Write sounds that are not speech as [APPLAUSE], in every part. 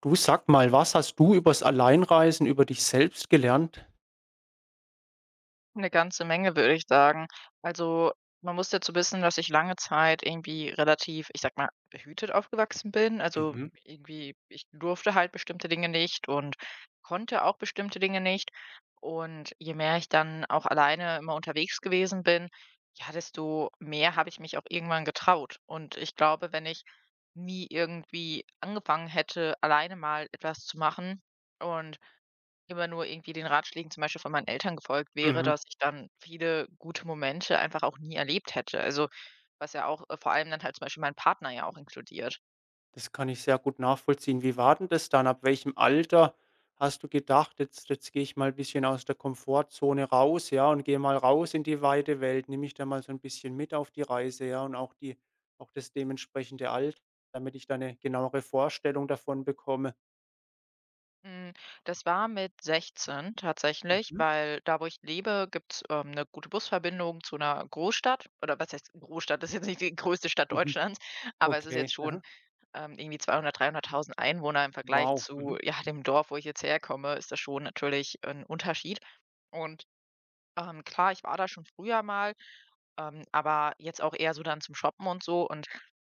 Du sag mal, was hast du übers Alleinreisen über dich selbst gelernt? Eine ganze Menge, würde ich sagen. Also, man muss dazu wissen, dass ich lange Zeit irgendwie relativ, ich sag mal, behütet aufgewachsen bin. Also, Mhm, irgendwie ich durfte halt bestimmte Dinge nicht und konnte auch bestimmte Dinge nicht. Und je mehr ich dann auch alleine immer unterwegs gewesen bin, ja, desto mehr habe ich mich auch irgendwann getraut. Und ich glaube, wenn ich nie irgendwie angefangen hätte, alleine mal etwas zu machen und immer nur irgendwie den Ratschlägen zum Beispiel von meinen Eltern gefolgt wäre, mhm. dass ich dann viele gute Momente einfach auch nie erlebt hätte. Also, was ja auch vor allem dann halt zum Beispiel meinen Partner ja auch inkludiert. Das kann ich sehr gut nachvollziehen. Wie war denn das dann? Ab welchem Alter hast du gedacht: „Jetzt gehe ich mal ein bisschen aus der Komfortzone raus, ja, und gehe mal raus in die weite Welt, nimm ich da mal so ein bisschen mit auf die Reise, ja, und auch die auch das dementsprechende Alter, damit ich da eine genauere Vorstellung davon bekomme?“ Mm. Das war mit 16 tatsächlich, Mhm, weil da, wo ich lebe, gibt es eine gute Busverbindung zu einer Großstadt. Oder was heißt Großstadt? Das ist jetzt nicht die größte Stadt mhm. Deutschlands, aber es ist jetzt Okay. schon Mhm. Irgendwie 200, 300.000 Einwohner im Vergleich Wow. zu, Mhm, ja, dem Dorf, wo ich jetzt herkomme. Ist das schon natürlich ein Unterschied. Und klar, ich war da schon früher mal, aber jetzt auch eher so dann zum Shoppen und so. Und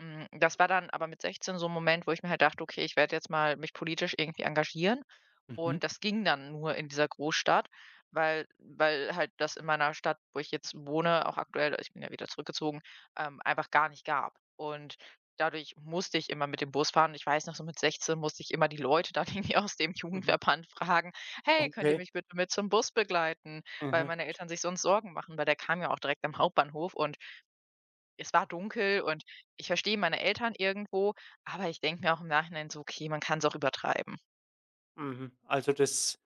das war dann aber mit 16 so ein Moment, wo ich mir halt dachte: „Okay, ich werde jetzt mal mich politisch irgendwie engagieren.“ mhm, Und das ging dann nur in dieser Großstadt, weil halt das in meiner Stadt, wo ich jetzt wohne, auch aktuell, ich bin ja wieder zurückgezogen, einfach gar nicht gab. Und dadurch musste ich immer mit dem Bus fahren. Ich weiß noch, so mit 16 musste ich immer die Leute dann [LAUGHS] irgendwie aus dem mhm. Jugendverband fragen: „Hey, könnt ihr Okay. mich bitte mit zum Bus begleiten?“ Weil Mhm. meine Eltern sich sonst Sorgen machen, weil der kam ja auch direkt am Hauptbahnhof und es war dunkel und ich verstehe meine Eltern irgendwo, aber ich denke mir auch im Nachhinein so: „Okay, man kann es auch übertreiben.“ Mhm. Also, das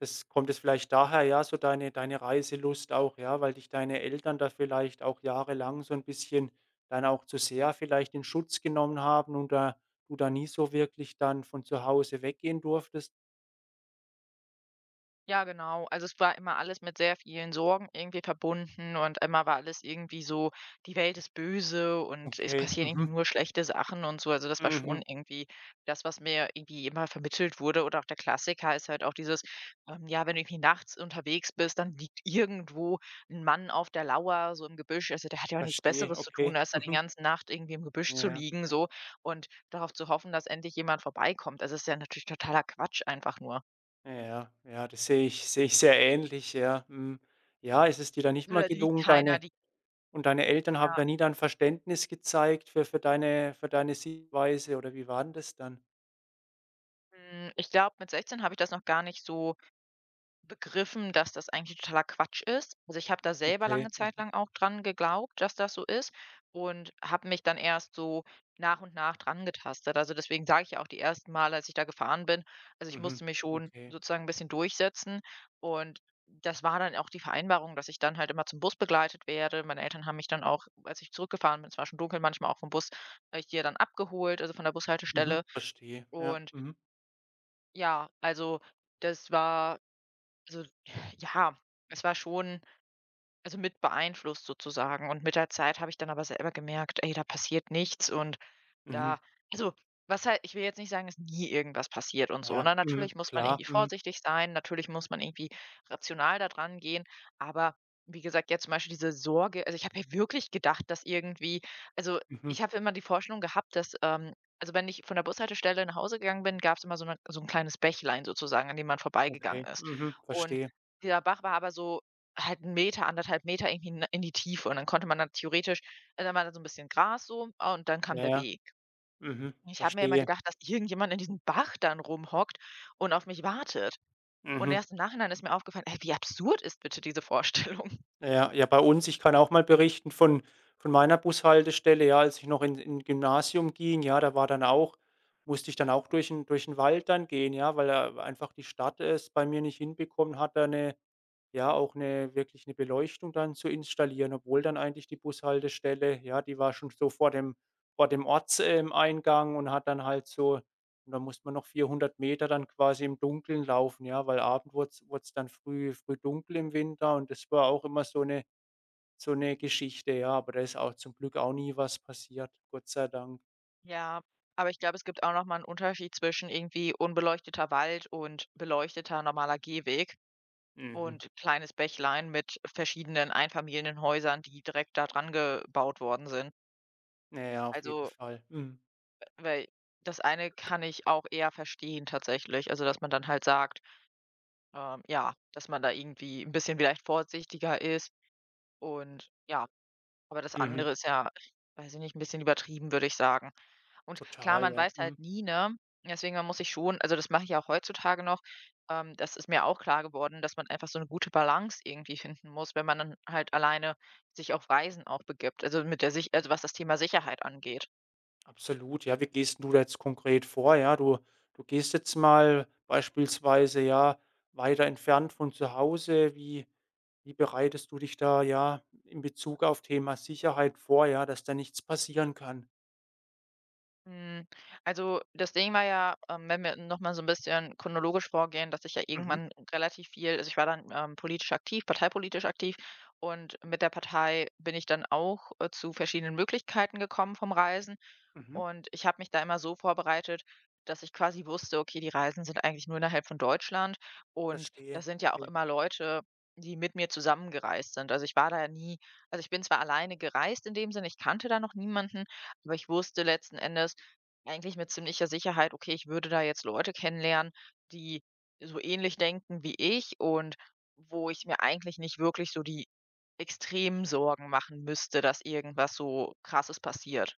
das kommt es vielleicht daher, ja, so deine Reiselust auch, ja, weil dich deine Eltern da vielleicht auch jahrelang so ein bisschen dann auch zu sehr vielleicht in Schutz genommen haben und da du da nie so wirklich dann von zu Hause weggehen durftest? Ja, genau. Also es war immer alles mit sehr vielen Sorgen irgendwie verbunden und immer war alles irgendwie so, die Welt ist böse und es Okay, passieren irgendwie mhm, nur schlechte Sachen und so. Also das war mhm, schon irgendwie das, was mir irgendwie immer vermittelt wurde. Oder auch der Klassiker ist halt auch dieses, ja, wenn du irgendwie nachts unterwegs bist, dann liegt irgendwo ein Mann auf der Lauer, so im Gebüsch. Also der hat ja auch nichts verstehe, Besseres zu tun, okay, als da die mhm, ganze Nacht irgendwie im Gebüsch zu ja, liegen, so und darauf zu hoffen, dass endlich jemand vorbeikommt. Also es ist ja natürlich totaler Quatsch einfach nur. ja, ja, das sehe ich sehr ähnlich, ja, mhm. Ja, ist es dir da nicht mal Da liegt gelungen, keiner, deine. die Und deine Eltern Ja, haben da nie dann Verständnis gezeigt für deine für deine Sichtweise oder wie war 'n das dann? Ich glaube, mit 16 habe ich das noch gar nicht so begriffen, dass das eigentlich totaler Quatsch ist. Also, ich habe da selber Okay. lange Zeit lang auch dran geglaubt, dass das so ist und habe mich dann erst so nach und nach dran getastet. Also, deswegen sage ich ja auch, die ersten Male, als ich da gefahren bin, also, ich musste Mhm. mich schon Okay. sozusagen ein bisschen durchsetzen und das war dann auch die Vereinbarung, dass ich dann halt immer zum Bus begleitet werde. Meine Eltern haben mich dann auch, als ich zurückgefahren bin, es war schon dunkel, manchmal auch vom Bus, hier dann abgeholt, also, von der Mhm. Bushaltestelle Verstehe. Ja. und Mhm. ja, also das war, also [SIGHS] ja, es war schon also mit beeinflusst sozusagen und mit der Zeit habe ich dann aber selber gemerkt: „Ey, da passiert nichts“, und Mhm. da, also, was halt, ich will jetzt nicht sagen, dass nie irgendwas passiert und so, Ja. ne? Mhm. Natürlich muss man Klar. irgendwie Mhm. vorsichtig sein, natürlich muss man irgendwie rational da dran gehen, aber wie gesagt, jetzt zum Beispiel diese Sorge, also, ich habe ja wirklich gedacht, dass irgendwie, also, Mhm. ich habe immer die Vorstellung gehabt, dass, also, wenn ich von der Bushaltestelle nach Hause gegangen bin, gab es immer so 'ne, so ein kleines Bächlein sozusagen, an dem man vorbeigegangen Okay. ist. Mhm. Und Verstehe. dieser Bach war aber so halt 'n Meter, anderthalb Meter irgendwie in die Tiefe und dann konnte man dann theoretisch, also, da war dann so ein bisschen Gras, so, ah, und dann kam Ja, der ja. Weg. Mhm. Ich habe mir immer Verstehe. gedacht, dass irgendjemand in diesem Bach dann rumhockt und auf mich wartet. Und Mhm. erst im Nachhinein ist mir aufgefallen: „Ey, wie absurd ist bitte diese Vorstellung?“ [LAUGHS] Ja, ja, ja, bei uns ich kann auch mal berichten von meiner Bushaltestelle, ja, als ich noch in Gymnasium ging, ja, da war dann auch musste ich dann auch durch 'n Wald dann gehen, ja, weil einfach die Stadt es bei mir nicht hinbekommen hat, da 'ne ja, auch eine wirklich eine Beleuchtung dann zu installieren, obwohl dann eigentlich die Bushaltestelle ja, die war schon so vor dem Ortseingang und hat dann halt so und dann musste man noch 400 Meter dann quasi im Dunkeln laufen, ja, weil Abend wurd's dann früh dunkel im Winter und das war auch immer so eine Geschichte, ja, aber da ist auch zum Glück auch nie was passiert, Gott sei Dank. Ja, aber ich glaube, es gibt auch noch mal 'n Unterschied zwischen irgendwie unbeleuchteter Wald und beleuchteter normaler Gehweg Mhm. und kleines Bächlein mit verschiedenen Einfamilienhäusern, die direkt da dran gebaut worden sind. Na ja, auf jeden Also, Fall. Mhm. weil, das eine kann ich auch eher verstehen tatsächlich. Also, dass man dann halt sagt, ja, dass man da irgendwie ein bisschen vielleicht vorsichtiger ist. Und ja, aber das Mhm. andere ist ja, weiß ich nicht, ein bisschen übertrieben, würde ich sagen. Und klar, Total, man ja. weiß halt Mhm. nie, ne? Deswegen, man muss sich schon, also, das mache ich ja auch heutzutage noch, das ist mir auch klar geworden, dass man einfach so eine gute Balance irgendwie finden muss, wenn man dann halt alleine sich auf Reisen auch begibt, also, mit der sich, also, was das Thema Sicherheit angeht. Absolut, ja. Wie gehst du da jetzt konkret vor? Ja, du gehst jetzt mal beispielsweise, ja, weiter entfernt von zu Hause. Wie bereitest du dich da, ja, in Bezug auf Thema Sicherheit vor, ja, dass da nichts passieren kann? Hm, also, das Ding war ja, wenn wir noch mal so ein bisschen chronologisch vorgehen, dass ich ja Mhm, irgendwann relativ viel, also, ich war dann, politisch aktiv, parteipolitisch aktiv und mit der Partei bin ich dann auch, zu verschiedenen Möglichkeiten gekommen vom Reisen. mhm, Und ich habe mich da immer so vorbereitet, dass ich quasi wusste, okay, die Reisen sind eigentlich nur innerhalb von Deutschland und verstehe. das sind ja auch Okay. immer Leute, die mit mir zusammengereist sind. Also ich war da ja nie, also ich bin zwar alleine gereist in dem Sinne, ich kannte da noch niemanden, aber ich wusste letzten Endes eigentlich mit ziemlicher Sicherheit, okay, ich würde da jetzt Leute kennenlernen, die so ähnlich denken wie ich und wo ich mir eigentlich nicht wirklich so die extremen Sorgen machen müsste, dass irgendwas so krasses passiert.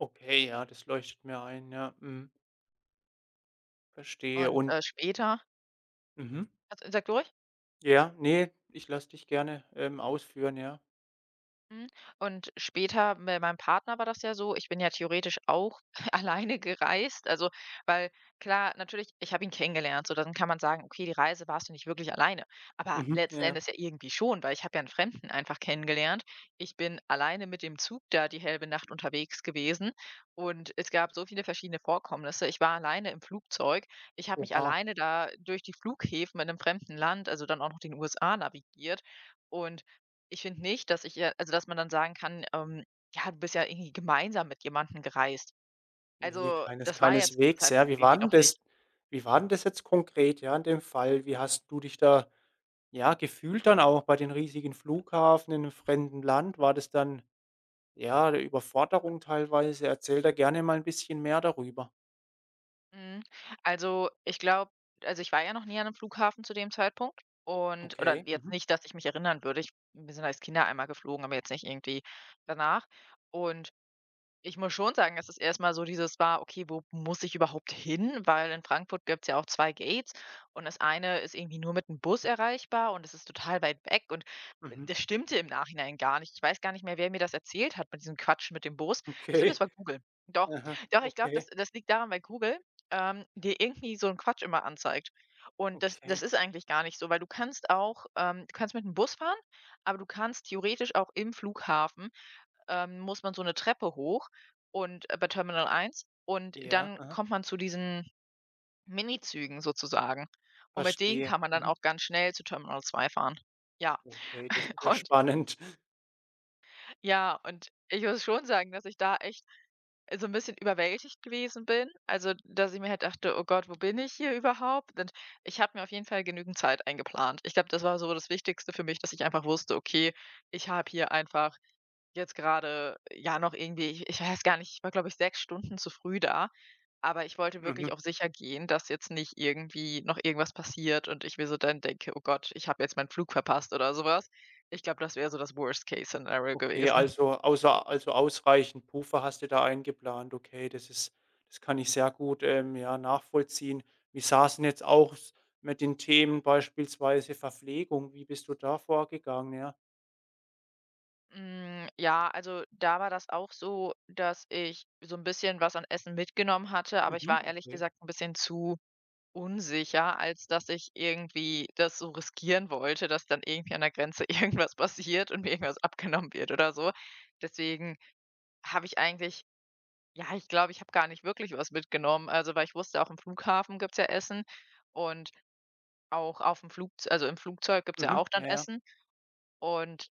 Okay, ja, das leuchtet mir ein, ja. Mhm, verstehe Und, und später, mhm. also, sag du ruhig. Ja, nee, ich lasse dich gerne, ausführen, ja. Mhm. Und später bei meinem Partner war das ja so, ich bin ja theoretisch auch [LAUGHS] alleine gereist. Also, weil, klar, natürlich, ich habe ihn kennengelernt, so dann kann man sagen, okay, die Reise warst du nicht wirklich alleine. Aber Mhm, letzten ja. Endes ja irgendwie schon, weil ich habe ja einen Fremden einfach kennengelernt. Ich bin alleine mit dem Zug da die halbe Nacht unterwegs gewesen und es gab so viele verschiedene Vorkommnisse. Ich war alleine im Flugzeug. Ich habe mich Oha. alleine da durch die Flughäfen in einem fremden Land, also dann auch noch den USA navigiert. Und ich finde nicht, dass ich ihr, also, dass man dann sagen kann, „Ja, du bist ja irgendwie gemeinsam mit jemandem gereist.“ Ne, Also, keines das war ja zu dem keineswegs, ja. Zeitpunkt Wie war irgendwie 'n noch nicht. das jetzt konkret, ja, in dem Fall? Wie hast du dich da, ja, gefühlt dann auch bei den riesigen Flughafen in 'nem fremden Land? War das dann, ja, 'ne Überforderung teilweise? Erzähl da gerne mal 'n bisschen mehr darüber. Mhm. Also, ich glaube, also, ich war ja noch nie an einem Flughafen zu dem Zeitpunkt und oder Okay. jetzt Mhm. nicht, dass ich mich erinnern würde. Ich Wir sind als Kinder einmal geflogen, aber jetzt nicht irgendwie danach und ich muss schon sagen, dass es erstmal so dieses war: „Okay, wo muss ich überhaupt hin?“ Weil in Frankfurt gibt es ja auch 2 Gates und das eine ist irgendwie nur mit dem Bus erreichbar und es ist total weit weg und Mhm. das stimmte im Nachhinein gar nicht. Ich weiß gar nicht mehr, wer mir das erzählt hat mit diesem Quatsch mit dem Bus. Ich glaube, das Okay. war Google. Doch, Aha. doch, ich glaube, Okay. das liegt daran, weil Google, dir irgendwie so einen Quatsch immer anzeigt. Und das Okay. ist eigentlich gar nicht so, weil du kannst auch, du kannst mit dem Bus fahren, aber du kannst theoretisch auch im Flughafen, muss man so 'ne Treppe hoch und bei Terminal 1 und Ja. dann Aha. kommt man zu diesen Minizügen sozusagen. Und mit denen Verstehe. kann man dann Mhm. auch ganz schnell zu Terminal 2 fahren. Ja, Okay, das ist [LAUGHS] ja und spannend. [LAUGHS] ja, und ich muss schon sagen, dass ich da echt so 'n bisschen überwältigt gewesen bin. Also, dass ich mir halt dachte: „Oh Gott, wo bin ich hier überhaupt?“ Und ich habe mir auf jeden Fall genügend Zeit eingeplant. Ich glaube, das war so das Wichtigste für mich, dass ich einfach wusste: „Okay, ich habe hier einfach.“ Jetzt gerade, ja, noch irgendwie, ich weiß gar nicht, ich war, glaube ich, 6 Stunden zu früh da, aber ich wollte wirklich Mhm. auf sicher gehen, dass jetzt nicht irgendwie noch irgendwas passiert und ich mir so dann denke: „Oh Gott, ich habe jetzt meinen Flug verpasst“ oder sowas. Ich glaube, das wäre so das Worst-Case-Szenario Okay, gewesen. also außer also ausreichend Puffer hast du da eingeplant. Okay, das kann ich sehr gut, ja, nachvollziehen. Wie sah's 'n jetzt aus mit den Themen beispielsweise Verpflegung? Wie bist du da vorgegangen? Ja. Ja, also, da war das auch so, dass ich so ein bisschen was an Essen mitgenommen hatte, aber ich Mhm, war ehrlich okay. gesagt ein bisschen zu unsicher, als dass ich irgendwie das so riskieren wollte, dass dann irgendwie an der Grenze [LAUGHS] irgendwas passiert und mir irgendwas abgenommen wird oder so. Deswegen habe ich eigentlich, ja, ich glaube, ich habe gar nicht wirklich was mitgenommen. Also, weil ich wusste, auch im Flughafen gibt's ja Essen und auch auf dem Flug, also im Flugzeug gibt's ja Mhm, auch dann ja, ja. Essen. Und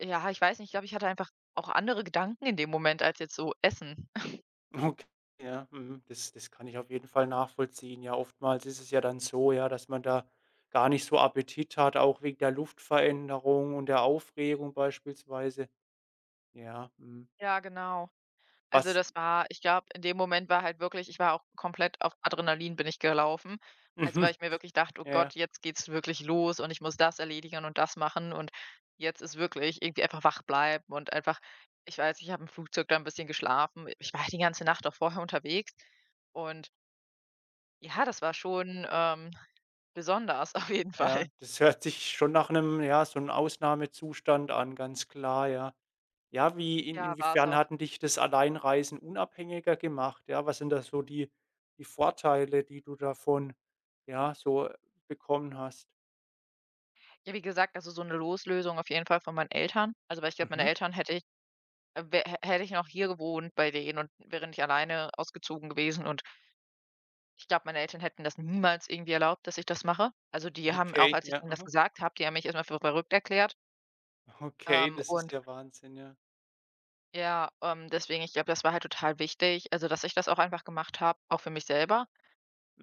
ja, ich weiß nicht, ich glaube, ich hatte einfach auch andere Gedanken in dem Moment als jetzt so Essen. [LAUGHS] Okay, ja, mhm. Das kann ich auf jeden Fall nachvollziehen. Ja, oftmals ist es ja dann so, ja, dass man da gar nicht so Appetit hat, auch wegen der Luftveränderung und der Aufregung beispielsweise. Ja, mhm. Ja, genau. Also, Was das war, ich glaube, in dem Moment war halt wirklich, ich war auch komplett auf Adrenalin bin ich gelaufen. Also, weil ich [LAUGHS] mir wirklich dachte: „Oh ja, ja. Gott, jetzt geht's wirklich los und ich muss das erledigen und das machen und jetzt ist wirklich irgendwie einfach wach bleiben“ und einfach, ich weiß, ich habe im Flugzeug da ein bisschen geschlafen. Ich war halt die ganze Nacht auch vorher unterwegs und ja, das war schon, besonders [LAUGHS] auf jeden Fall. Ja, das hört sich schon nach 'nem ja, so 'n Ausnahmezustand an, ganz klar, ja. Ja, wie in Ja, war es inwiefern auch. hatten dich das Alleinreisen unabhängiger gemacht? Ja, was sind da so die Vorteile, die du davon, ja, so bekommen hast? Ja, wie gesagt, also, so eine Loslösung auf jeden Fall von meinen Eltern. Also, weil ich glaube, meine Mhm, Eltern hätte ich wä hä hätte ich noch hier gewohnt bei denen und wäre nicht alleine ausgezogen gewesen, und ich glaube, meine Eltern hätten das niemals irgendwie erlaubt, dass ich das mache. Also, die haben auch, okay, als ich ja, ihnen das aha. gesagt habe, die haben mich erstmal für verrückt erklärt. Okay, das ist Und ja Wahnsinn, ja. ja, deswegen, ich glaube, das war halt total wichtig, also dass ich das auch einfach gemacht habe, auch für mich selber,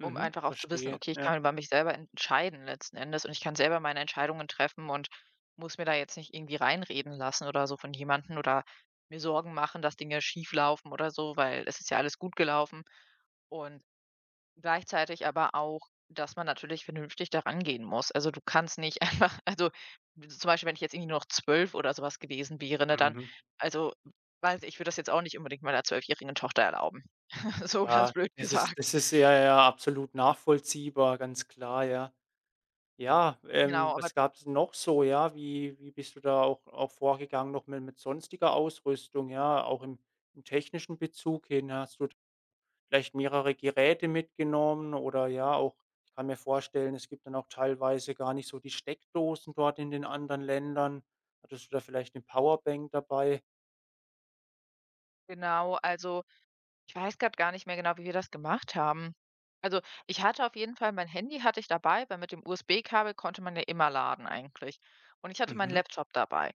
um einfach auch zu wissen: verstehe, „Okay, ich ja. kann über mich selber entscheiden letzten Endes und ich kann selber meine Entscheidungen treffen und muss mir da jetzt nicht irgendwie reinreden lassen oder so von jemandem oder mir Sorgen machen, dass Dinge schief laufen oder so, weil es ist ja alles gut gelaufen.“ Und gleichzeitig aber auch, dass man natürlich vernünftig daran gehen muss. Also, du kannst nicht [LAUGHS] einfach, also zum Beispiel, wenn ich jetzt irgendwie nur noch 12 oder sowas gewesen wäre, ne, dann, Mhm. also, weiß ich, ich würde das jetzt auch nicht unbedingt meiner zwölfjährigen Tochter erlauben. [LAUGHS] So ganz Ja, blöd gesagt. das ist ja, ja absolut nachvollziehbar, ganz klar, ja. Ja, Genau, aber was gab es noch so, ja? Wie bist du da auch vorgegangen noch mit sonstiger Ausrüstung, ja, auch im technischen Bezug hin? Hast du vielleicht mehrere Geräte mitgenommen oder ja auch ich kann mir vorstellen, es gibt dann auch teilweise gar nicht so die Steckdosen dort in den anderen Ländern. Hattest du da vielleicht eine Powerbank dabei? genau, also, ich weiß gerade gar nicht mehr genau, wie wir das gemacht haben. Also, ich hatte auf jeden Fall, mein Handy hatte ich dabei, weil mit dem USB-Kabel konnte man ja immer laden eigentlich. Und ich hatte meinen Mhm, Laptop dabei.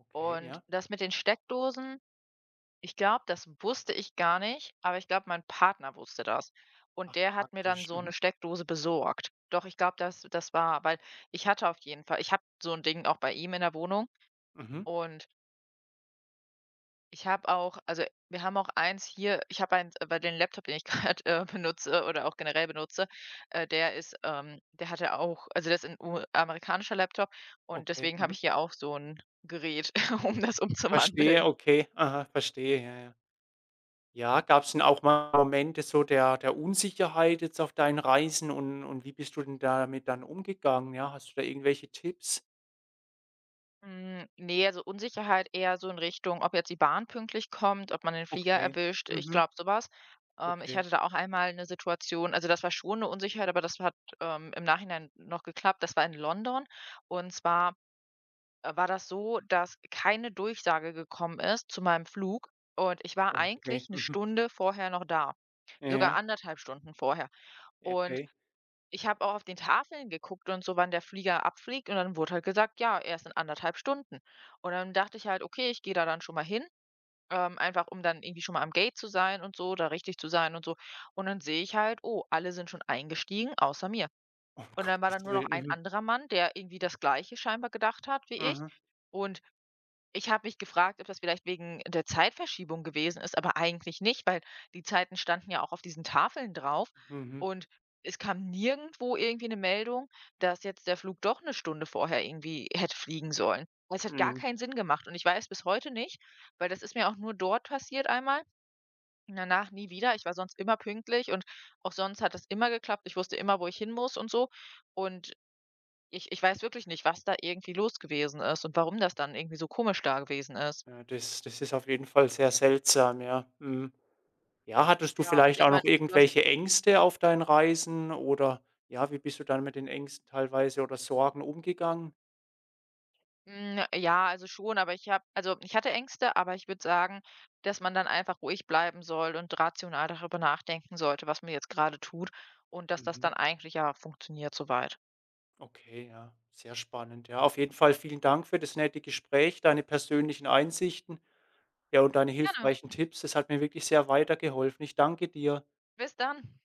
okay, Und ja. das mit den Steckdosen, ich glaube, das wusste ich gar nicht, aber ich glaube, mein Partner wusste das. Und Ach, der hat mir dann praktisch. so eine Mhm, Steckdose besorgt. Doch, ich glaube, das war, weil ich hatte auf jeden Fall, ich habe so ein Ding auch bei ihm in der Wohnung mhm, und ich habe auch, also wir haben auch eins hier, ich habe eins bei den Laptop, den ich [LAUGHS] gerade benutze oder auch generell benutze, der ist, der hatte auch, also das ist 'n U amerikanischer Laptop und okay, deswegen habe mhm. ich hier auch so ein Gerät, [LAUGHS] um das Verstehe, umzuwandeln. okay. Aha, verstehe, ja, ja. Ja, gab es denn auch mal Momente so der Unsicherheit jetzt auf deinen Reisen und wie bist du denn damit dann umgegangen? Ja, hast du da irgendwelche Tipps? Hm, ne, also Unsicherheit eher so in Richtung, ob jetzt die Bahn pünktlich kommt, ob man den Flieger Okay. erwischt. Ich Mhm. glaube, sowas. Ich Okay. hatte da auch einmal eine Situation, also das war schon eine Unsicherheit, aber das hat im Nachhinein noch geklappt. Das war in London, und zwar, war das so, dass keine Durchsage gekommen ist zu meinem Flug und ich war eigentlich Okay. eine Mhm. Stunde vorher noch da, Ja, sogar ja, anderthalb Stunden vorher, ja, und okay. ich habe auch auf den Tafeln geguckt und so, wann der Flieger abfliegt, und dann wurde halt gesagt: „Ja, erst in anderthalb Stunden.“ Und dann dachte ich halt: „Okay, ich gehe da dann schon mal hin, einfach um dann irgendwie schon mal am Gate zu sein und so, da richtig zu sein und so.“ Und dann sehe ich halt: „Oh, alle sind schon eingestiegen außer mir.“ Um [LAUGHS] Und dann war Gottes da nur noch Willen. ein Mhm. anderer Mann, der irgendwie das Gleiche scheinbar gedacht hat wie ich. Mhm. Und ich habe mich gefragt, ob das vielleicht wegen der Zeitverschiebung gewesen ist, aber eigentlich nicht, weil die Zeiten standen ja auch auf diesen Tafeln drauf Mhm. und es kam nirgendwo irgendwie eine Meldung, dass jetzt der Flug doch eine Stunde vorher irgendwie hätte fliegen sollen. Es hat gar Mhm. keinen Sinn gemacht und ich weiß bis heute nicht, weil das ist mir auch nur dort passiert einmal und danach nie wieder. Ich war sonst immer pünktlich und auch sonst hat das immer geklappt. Ich wusste immer, wo ich hin muss und so, und ich weiß wirklich nicht, was da irgendwie los gewesen ist und warum das dann irgendwie so komisch da gewesen ist. Ja, das ist auf jeden Fall sehr seltsam, ja. Mhm. Ja, hattest du Ja, und vielleicht ich auch meine, noch ob so, irgendwelche Ängste auf deinen Reisen oder ja, wie bist du dann mit den Ängsten teilweise oder Sorgen umgegangen? hm, ja, also schon, aber ich habe, also ich hatte Ängste, aber ich würde sagen, dass man dann einfach ruhig bleiben soll und rational darüber nachdenken sollte, was man jetzt grade tut, und dass das dann Mhm. eigentlich ja funktioniert so weit. Okay, ja, sehr spannend. Ja, auf jeden Fall vielen Dank für das nette Gespräch, deine persönlichen Einsichten, ja, und deine Gerne, hilfreichen Tipps. Das hat mir wirklich sehr weitergeholfen. Ich danke dir. bis dann.